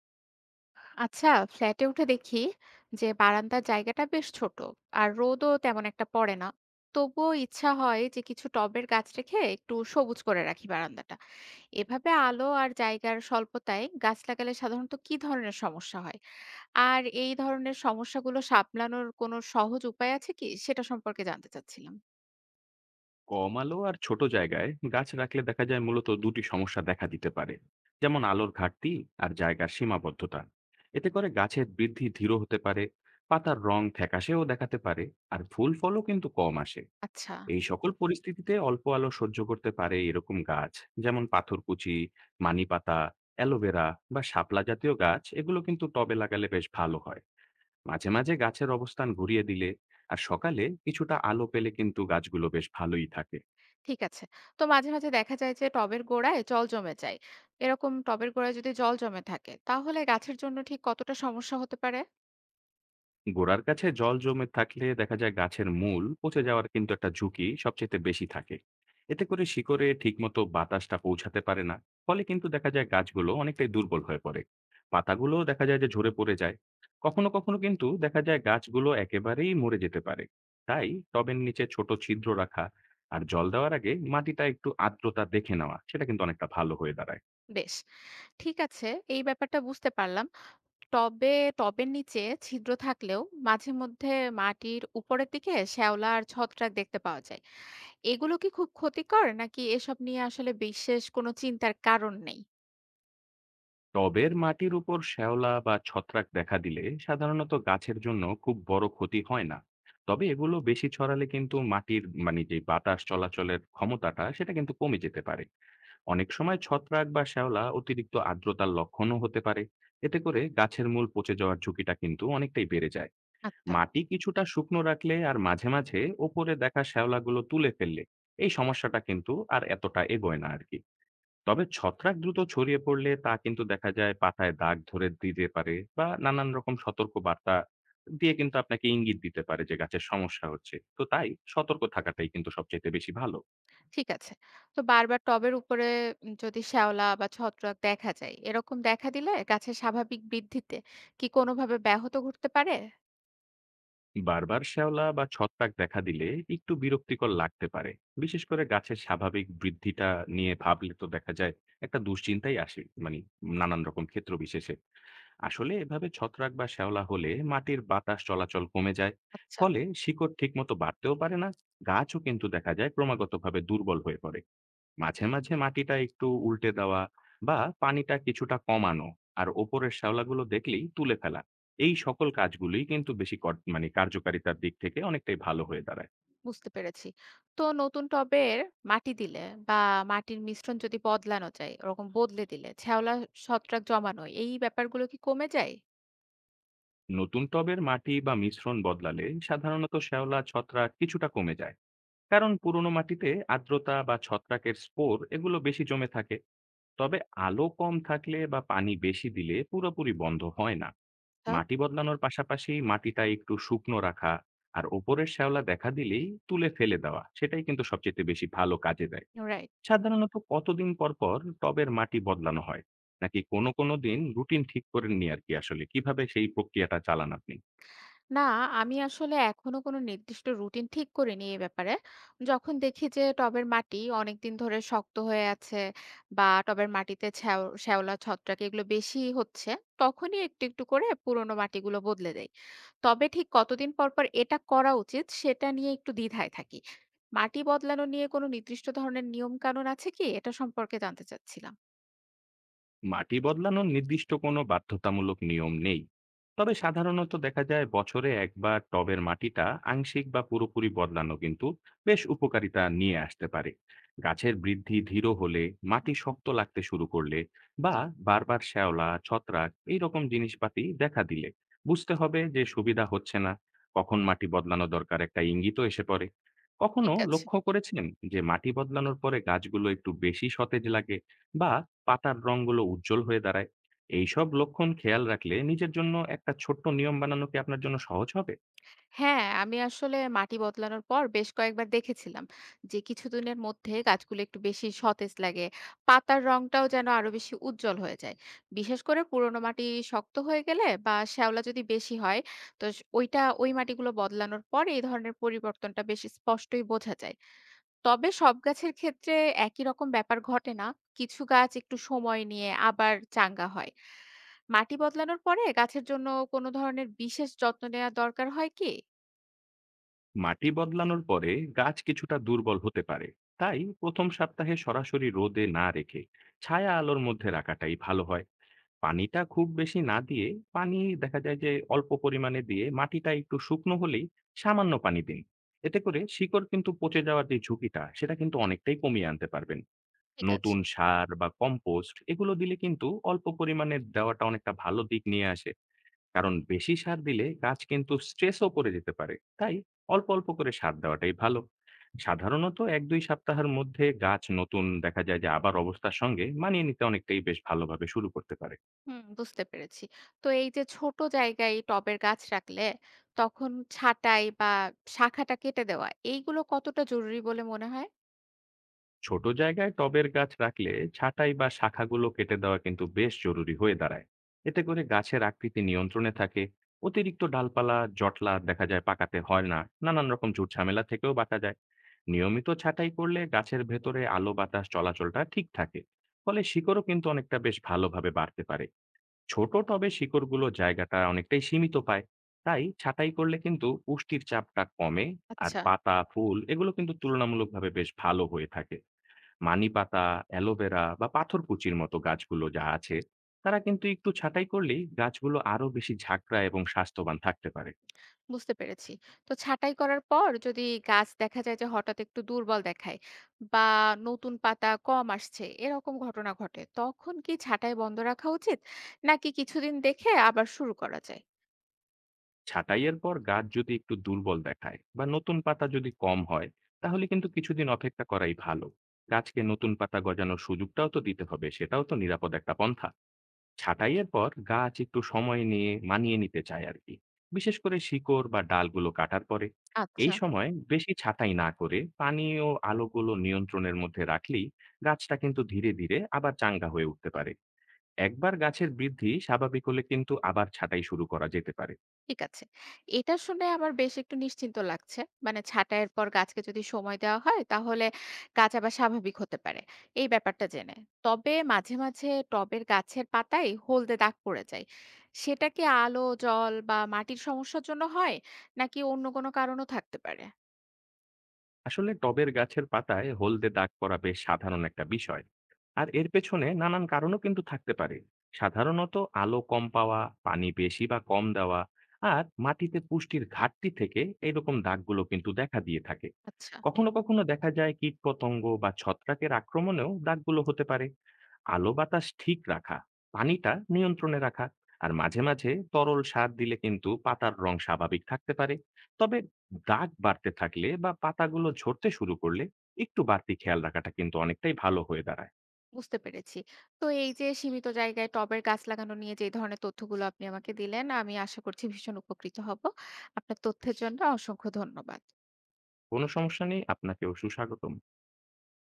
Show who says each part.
Speaker 1: আচ্ছা, ফ্ল্যাটে উঠে দেখি যে বারান্দার জায়গাটা বেশ ছোট, আর রোদও তেমন একটা পড়ে না। তবুও ইচ্ছা হয় যে কিছু টবের গাছ রেখে একটু সবুজ করে রাখি বারান্দাটা। এভাবে আলো আর জায়গার স্বল্পতায় গাছ লাগালে সাধারণত কি ধরনের সমস্যা হয়, আর এই ধরনের সমস্যাগুলো সামলানোর কোনো সহজ উপায় আছে কি সেটা সম্পর্কে জানতে চাচ্ছিলাম।
Speaker 2: কম আলো আর ছোট জায়গায় গাছ রাখলে দেখা যায় মূলত দুটি সমস্যা দেখা দিতে পারে। যেমন আলোর ঘাটতি আর জায়গার সীমাবদ্ধতা। এতে করে গাছের বৃদ্ধি ধীর হতে পারে, পাতার রং ফ্যাকাশেও দেখাতে পারে, আর ফুল ফলও কিন্তু কম আসে।
Speaker 1: আচ্ছা,
Speaker 2: এই সকল পরিস্থিতিতে অল্প আলো সহ্য করতে পারে এরকম গাছ, যেমন পাথরকুচি, মানি পাতা, অ্যালোভেরা বা শাপলা জাতীয় গাছ, এগুলো কিন্তু টবে লাগালে বেশ ভালো হয়। মাঝে মাঝে গাছের অবস্থান ঘুরিয়ে দিলে আর সকালে কিছুটা আলো পেলে কিন্তু গাছগুলো বেশ ভালোই থাকে।
Speaker 1: ঠিক আছে। তো মাঝে, মাঝে দেখা যায় যে টবের গোড়ায় জল জমে যায়। এরকম টবের গোড়ায় যদি জল জমে থাকে তাহলে গাছের জন্য ঠিক কতটা সমস্যা হতে পারে?
Speaker 2: গোড়ার কাছে জল জমে থাকলে দেখা যায় গাছের মূল পচে যাওয়ার কিন্তু একটা ঝুঁকি সবচেয়ে বেশি থাকে। এতে করে শিকড়ে ঠিকমতো বাতাসটা পৌঁছাতে পারে না, ফলে কিন্তু দেখা যায় গাছগুলো অনেকটাই দুর্বল হয়ে পড়ে, পাতাগুলো দেখা যায় যে ঝরে পড়ে যায়। কখনো কখনো কিন্তু দেখা যায় গাছগুলো একেবারেই মরে যেতে পারে। তাই টবের নিচে ছোট ছিদ্র রাখা আর জল দেওয়ার আগে মাটিটা একটু আর্দ্রতা দেখে নেওয়া, সেটা কিন্তু অনেকটা ভালো হয়ে দাঁড়ায়।
Speaker 1: বেশ, ঠিক আছে। এই ব্যাপারটা বুঝতে পারলাম। টবে টবের নিচে ছিদ্র থাকলেও মাঝে মধ্যে মাটির উপরের দিকে শ্যাওলা আর ছত্রাক দেখতে পাওয়া যায়। এগুলো কি খুব ক্ষতিকর, নাকি এসব নিয়ে আসলে বিশেষ কোনো চিন্তার কারণ নেই?
Speaker 2: টবের মাটির উপর শ্যাওলা বা ছত্রাক দেখা দিলে সাধারণত গাছের জন্য খুব বড় ক্ষতি হয় না। তবে এগুলো বেশি ছড়ালে কিন্তু মাটির মানে যে বাতাস চলাচলের ক্ষমতাটা সেটা কিন্তু কমে যেতে পারে। অনেক সময় ছত্রাক বা শ্যাওলা অতিরিক্ত আর্দ্রতার লক্ষণও হতে পারে। এতে করে গাছের মূল পচে যাওয়ার ঝুঁকিটা কিন্তু অনেকটাই বেড়ে যায়।
Speaker 1: আচ্ছা।
Speaker 2: মাটি কিছুটা শুকনো রাখলে আর মাঝে মাঝে ওপরে দেখা শ্যাওলাগুলো তুলে ফেললে এই সমস্যাটা কিন্তু আর এতটা এগোয় না আর কি। তবে ছত্রাক দ্রুত ছড়িয়ে পড়লে তা কিন্তু দেখা যায় পাতায় দাগ ধরে দিতে পারে, বা নানান রকম সতর্ক বার্তা দিয়ে কিন্তু আপনাকে ইঙ্গিত দিতে পারে যে গাছের সমস্যা হচ্ছে। তো তাই সতর্ক থাকাটাই কিন্তু সবচাইতে বেশি ভালো।
Speaker 1: ঠিক আছে। তো বারবার টবের উপরে যদি শ্যাওলা বা ছত্রাক দেখা যায়, এরকম দেখা দিলে গাছের স্বাভাবিক বৃদ্ধিতে কি কোনোভাবে ব্যাহত ঘটতে পারে?
Speaker 2: বারবার শ্যাওলা বা ছত্রাক দেখা দিলে একটু বিরক্তিকর লাগতে পারে। বিশেষ করে গাছের স্বাভাবিক বৃদ্ধিটা নিয়ে ভাবলে তো দেখা যায় একটা দুশ্চিন্তাই আসে, মানে নানান রকম ক্ষেত্র বিশেষে। আসলে এভাবে ছত্রাক বা শ্যাওলা হলে মাটির বাতাস চলাচল কমে যায়,
Speaker 1: আচ্ছা,
Speaker 2: ফলে শিকড় ঠিকমতো বাড়তেও পারে না, গাছও কিন্তু দেখা যায় ক্রমাগতভাবে দুর্বল হয়ে পড়ে। মাঝে মাঝে মাটিটা একটু উল্টে দেওয়া, বা পানিটা কিছুটা কমানো, আর ওপরের শ্যাওলাগুলো দেখলেই তুলে ফেলা, এই সকল কাজগুলোই কিন্তু মানে কার্যকারিতার দিক থেকে অনেকটাই ভালো হয়ে দাঁড়ায়।
Speaker 1: বুঝতে পেরেছি। তো নতুন টবের মাটি দিলে বা মাটির মিশ্রণ যদি বদলানো যায়, ওরকম বদলে দিলে শ্যাওলা, ছত্রাক জমানো এই ব্যাপারগুলো কি কমে যায়?
Speaker 2: নতুন টবের মাটি বা মিশ্রণ বদলালে সাধারণত শ্যাওলা ছত্রাক কিছুটা কমে যায়। কারণ পুরনো মাটিতে আর্দ্রতা বা ছত্রাকের স্পোর এগুলো বেশি জমে থাকে। তবে আলো কম থাকলে বা পানি বেশি দিলে পুরোপুরি বন্ধ হয় না।
Speaker 1: আচ্ছা।
Speaker 2: মাটি বদলানোর পাশাপাশি মাটিটা একটু শুকনো রাখা আর ওপরের শ্যাওলা দেখা দিলেই তুলে ফেলে দেওয়া, সেটাই কিন্তু সবচেয়ে বেশি ভালো কাজে দেয়।
Speaker 1: রাইট।
Speaker 2: সাধারণত কতদিন পর পর টবের মাটি বদলানো হয়, নাকি কোনো কোনো দিন রুটিন ঠিক করে নিয়ে আর কি, আসলে কিভাবে সেই প্রক্রিয়াটা চালান আপনি?
Speaker 1: না, আমি আসলে এখনো কোনো নির্দিষ্ট রুটিন ঠিক করিনি এ ব্যাপারে। যখন দেখি যে টবের মাটি অনেকদিন ধরে শক্ত হয়ে আছে বা টবের মাটিতে শ্যাওলা, ছত্রাক এগুলো বেশি হচ্ছে, তখনই একটু, একটু করে পুরোনো মাটিগুলো বদলে দেই। তবে ঠিক কতদিন পর, পর এটা করা উচিত সেটা নিয়ে একটু দ্বিধায় থাকি। মাটি বদলানো নিয়ে কোনো নির্দিষ্ট ধরনের নিয়ম কানুন আছে কি? এটা সম্পর্কে জানতে চাচ্ছিলাম।
Speaker 2: মাটি বদলানোর নির্দিষ্ট কোনো বাধ্যতামূলক নিয়ম নেই। তবে সাধারণত দেখা যায় বছরে একবার টবের মাটিটা আংশিক বা পুরোপুরি বদলানো কিন্তু বেশ উপকারিতা নিয়ে আসতে পারে। গাছের বৃদ্ধি ধীর হলে,
Speaker 1: হুম,
Speaker 2: মাটি শক্ত লাগতে শুরু করলে, বা বারবার শ্যাওলা ছত্রাক এই রকম জিনিসপাতি দেখা দিলে বুঝতে হবে যে সুবিধা হচ্ছে না, কখন মাটি বদলানো দরকার একটা ইঙ্গিতও এসে পড়ে। কখনো
Speaker 1: ঠিক আছে।
Speaker 2: লক্ষ্য করেছেন যে মাটি বদলানোর পরে গাছগুলো একটু বেশি সতেজ লাগে বা পাতার রঙগুলো উজ্জ্বল হয়ে দাঁড়ায়। এইসব লক্ষণ খেয়াল রাখলে নিজের জন্য একটা ছোট্ট নিয়ম বানানো কি আপনার জন্য সহজ হবে?
Speaker 1: হ্যাঁ, আমি আসলে মাটি বদলানোর পর বেশ কয়েকবার দেখেছিলাম যে কিছুদিনের মধ্যে গাছগুলো একটু বেশি সতেজ লাগে। পাতার রংটাও যেন আরো বেশি উজ্জ্বল হয়ে যায়। বিশেষ করে পুরোনো মাটি শক্ত হয়ে গেলে বা শ্যাওলা যদি বেশি হয়, তো স ওইটা ওই মাটিগুলো বদলানোর পরে এই ধরনের পরিবর্তনটা বেশ স্পষ্টই বোঝা যায়। তবে সব গাছের ক্ষেত্রে একই রকম ব্যাপার ঘটে না। কিছু গাছ একটু সময় নিয়ে আবার চাঙ্গা হয়। মাটি বদলানোর পরে গাছের জন্য কোনো ধরনের বিশেষ যত্ন নেয়া দরকার হয় কি?
Speaker 2: মাটি বদলানোর পরে গাছ কিছুটা দুর্বল হতে পারে। তাই ১ম সপ্তাহে সরাসরি রোদে না রেখে ছায়া আলোর মধ্যে রাখাটাই ভালো হয়। পানিটা খুব বেশি না দিয়ে, পানি দেখা যায় যে অল্প পরিমাণে দিয়ে মাটিটা একটু শুকনো হলেই সামান্য পানি দিন। এতে করে শিকড় কিন্তু পচে যাওয়ার যে ঝুঁকিটা সেটা কিন্তু অনেকটাই কমিয়ে আনতে পারবেন।
Speaker 1: ঠিক আছে।
Speaker 2: নতুন সার বা কম্পোস্ট এগুলো দিলে কিন্তু অল্প পরিমাণে দেওয়াটা অনেকটা ভালো দিক নিয়ে আসে। কারণ বেশি সার দিলে গাছ কিন্তু স্ট্রেসও পড়ে যেতে পারে। তাই অল্প, অল্প করে সার দেওয়াটাই ভালো। সাধারণত ১-২ সপ্তাহের মধ্যে গাছ নতুন দেখা যায় যে আবার অবস্থার সঙ্গে মানিয়ে নিতে অনেকটাই বেশ ভালোভাবে শুরু করতে পারে।
Speaker 1: হুম, বুঝতে পেরেছি। তো এই যে ছোট জায়গায় টবের গাছ রাখলে তখন ছাঁটাই বা শাখাটা কেটে দেওয়া এইগুলো কতটা জরুরি বলে মনে হয়?
Speaker 2: ছোট জায়গায় টবের গাছ রাখলে ছাঁটাই বা শাখাগুলো কেটে দেওয়া কিন্তু বেশ জরুরি হয়ে দাঁড়ায়। এতে করে গাছের আকৃতি নিয়ন্ত্রণে থাকে, অতিরিক্ত ডালপালা জটলা দেখা যায় পাকাতে হয় না, নানান রকম ঝুট ঝামেলা থেকেও বাঁচা যায়। নিয়মিত ছাঁটাই করলে গাছের ভেতরে আলো বাতাস চলাচলটা ঠিক থাকে, ফলে শিকড়ও কিন্তু অনেকটা বেশ ভালোভাবে বাড়তে পারে। ছোট টবে শিকড়গুলো জায়গাটা অনেকটাই সীমিত পায়, তাই ছাঁটাই করলে কিন্তু পুষ্টির চাপটা কমে, আর
Speaker 1: আচ্ছা,
Speaker 2: পাতা ফুল এগুলো কিন্তু তুলনামূলকভাবে বেশ ভালো হয়ে থাকে। মানিপাতা, অ্যালোভেরা বা পাথরকুচির মতো গাছগুলো যা আছে, তারা কিন্তু একটু ছাঁটাই করলেই গাছগুলো আরো বেশি ঝাঁকড়া এবং স্বাস্থ্যবান থাকতে পারে।
Speaker 1: বুঝতে পেরেছি। তো ছাঁটাই করার পর যদি গাছ দেখা যায় যে হঠাৎ একটু দুর্বল দেখায় বা নতুন পাতা কম আসছে এরকম ঘটনা ঘটে, তখন কি ছাঁটাই বন্ধ রাখা উচিত? নাকি কিছুদিন দেখে আবার শুরু করা যায়?
Speaker 2: ছাঁটাইয়ের পর গাছ যদি একটু দুর্বল দেখায় বা নতুন পাতা যদি কম হয়, তাহলে কিন্তু কিছুদিন অপেক্ষা করাই ভালো। গাছকে নতুন পাতা গজানোর সুযোগটাও তো দিতে হবে, সেটাও তো নিরাপদ একটা পন্থা। ছাঁটাইয়ের পর গাছ একটু সময় নিয়ে মানিয়ে নিতে চায় আর কি, বিশেষ করে শিকড় বা ডালগুলো কাটার পরে। এই
Speaker 1: আচ্ছা,
Speaker 2: সময় বেশি ছাঁটাই না করে পানি ও আলোগুলো নিয়ন্ত্রণের মধ্যে রাখলেই গাছটা কিন্তু ধীরে ধীরে আবার চাঙ্গা হয়ে উঠতে পারে। একবার গাছের বৃদ্ধি স্বাভাবিক হলে কিন্তু আবার ছাঁটাই শুরু করা যেতে পারে।
Speaker 1: ঠিক আছে। এটা শুনে আমার বেশ একটু নিশ্চিন্ত লাগছে। মানে ছাঁটাইয়ের পর গাছকে যদি সময় দেওয়া হয় তাহলে গাছ আবার স্বাভাবিক হতে পারে, এই ব্যাপারটা জেনে। তবে মাঝে, মাঝে টবের গাছের পাতায় হলদে দাগ পড়ে যায়। সেটা কি আলো, জল বা মাটির সমস্যার জন্য হয়? নাকি অন্য কোনো কারণও থাকতে পারে?
Speaker 2: আসলে টবের গাছের পাতায় হলদে দাগ পড়া বেশ সাধারণ একটা বিষয়, আর এর পেছনে নানান কারণও কিন্তু থাকতে পারে। সাধারণত আলো কম পাওয়া, পানি বেশি বা কম দেওয়া, আর মাটিতে পুষ্টির ঘাটতি থেকে এইরকম দাগগুলো কিন্তু দেখা দিয়ে থাকে।
Speaker 1: আচ্ছা,
Speaker 2: কখনো কখনো দেখা যায় কীটপতঙ্গ বা ছত্রাকের আক্রমণেও দাগগুলো হতে পারে। আলো বাতাস ঠিক রাখা, পানিটা নিয়ন্ত্রণে রাখা, আর মাঝে মাঝে তরল সার দিলে কিন্তু পাতার রং স্বাভাবিক থাকতে পারে। তবে দাগ বাড়তে থাকলে বা পাতাগুলো ঝরতে শুরু করলে একটু বাড়তি খেয়াল রাখাটা কিন্তু অনেকটাই ভালো হয়ে দাঁড়ায়।
Speaker 1: বুঝতে পেরেছি। তো এই যে সীমিত জায়গায় টবের গাছ লাগানো নিয়ে যে ধরনের তথ্যগুলো আপনি আমাকে দিলেন, আমি আশা করছি ভীষণ উপকৃত হব। আপনার তথ্যের জন্য অসংখ্য ধন্যবাদ।
Speaker 2: কোনো সমস্যা নেই, আপনাকেও সুস্বাগতম।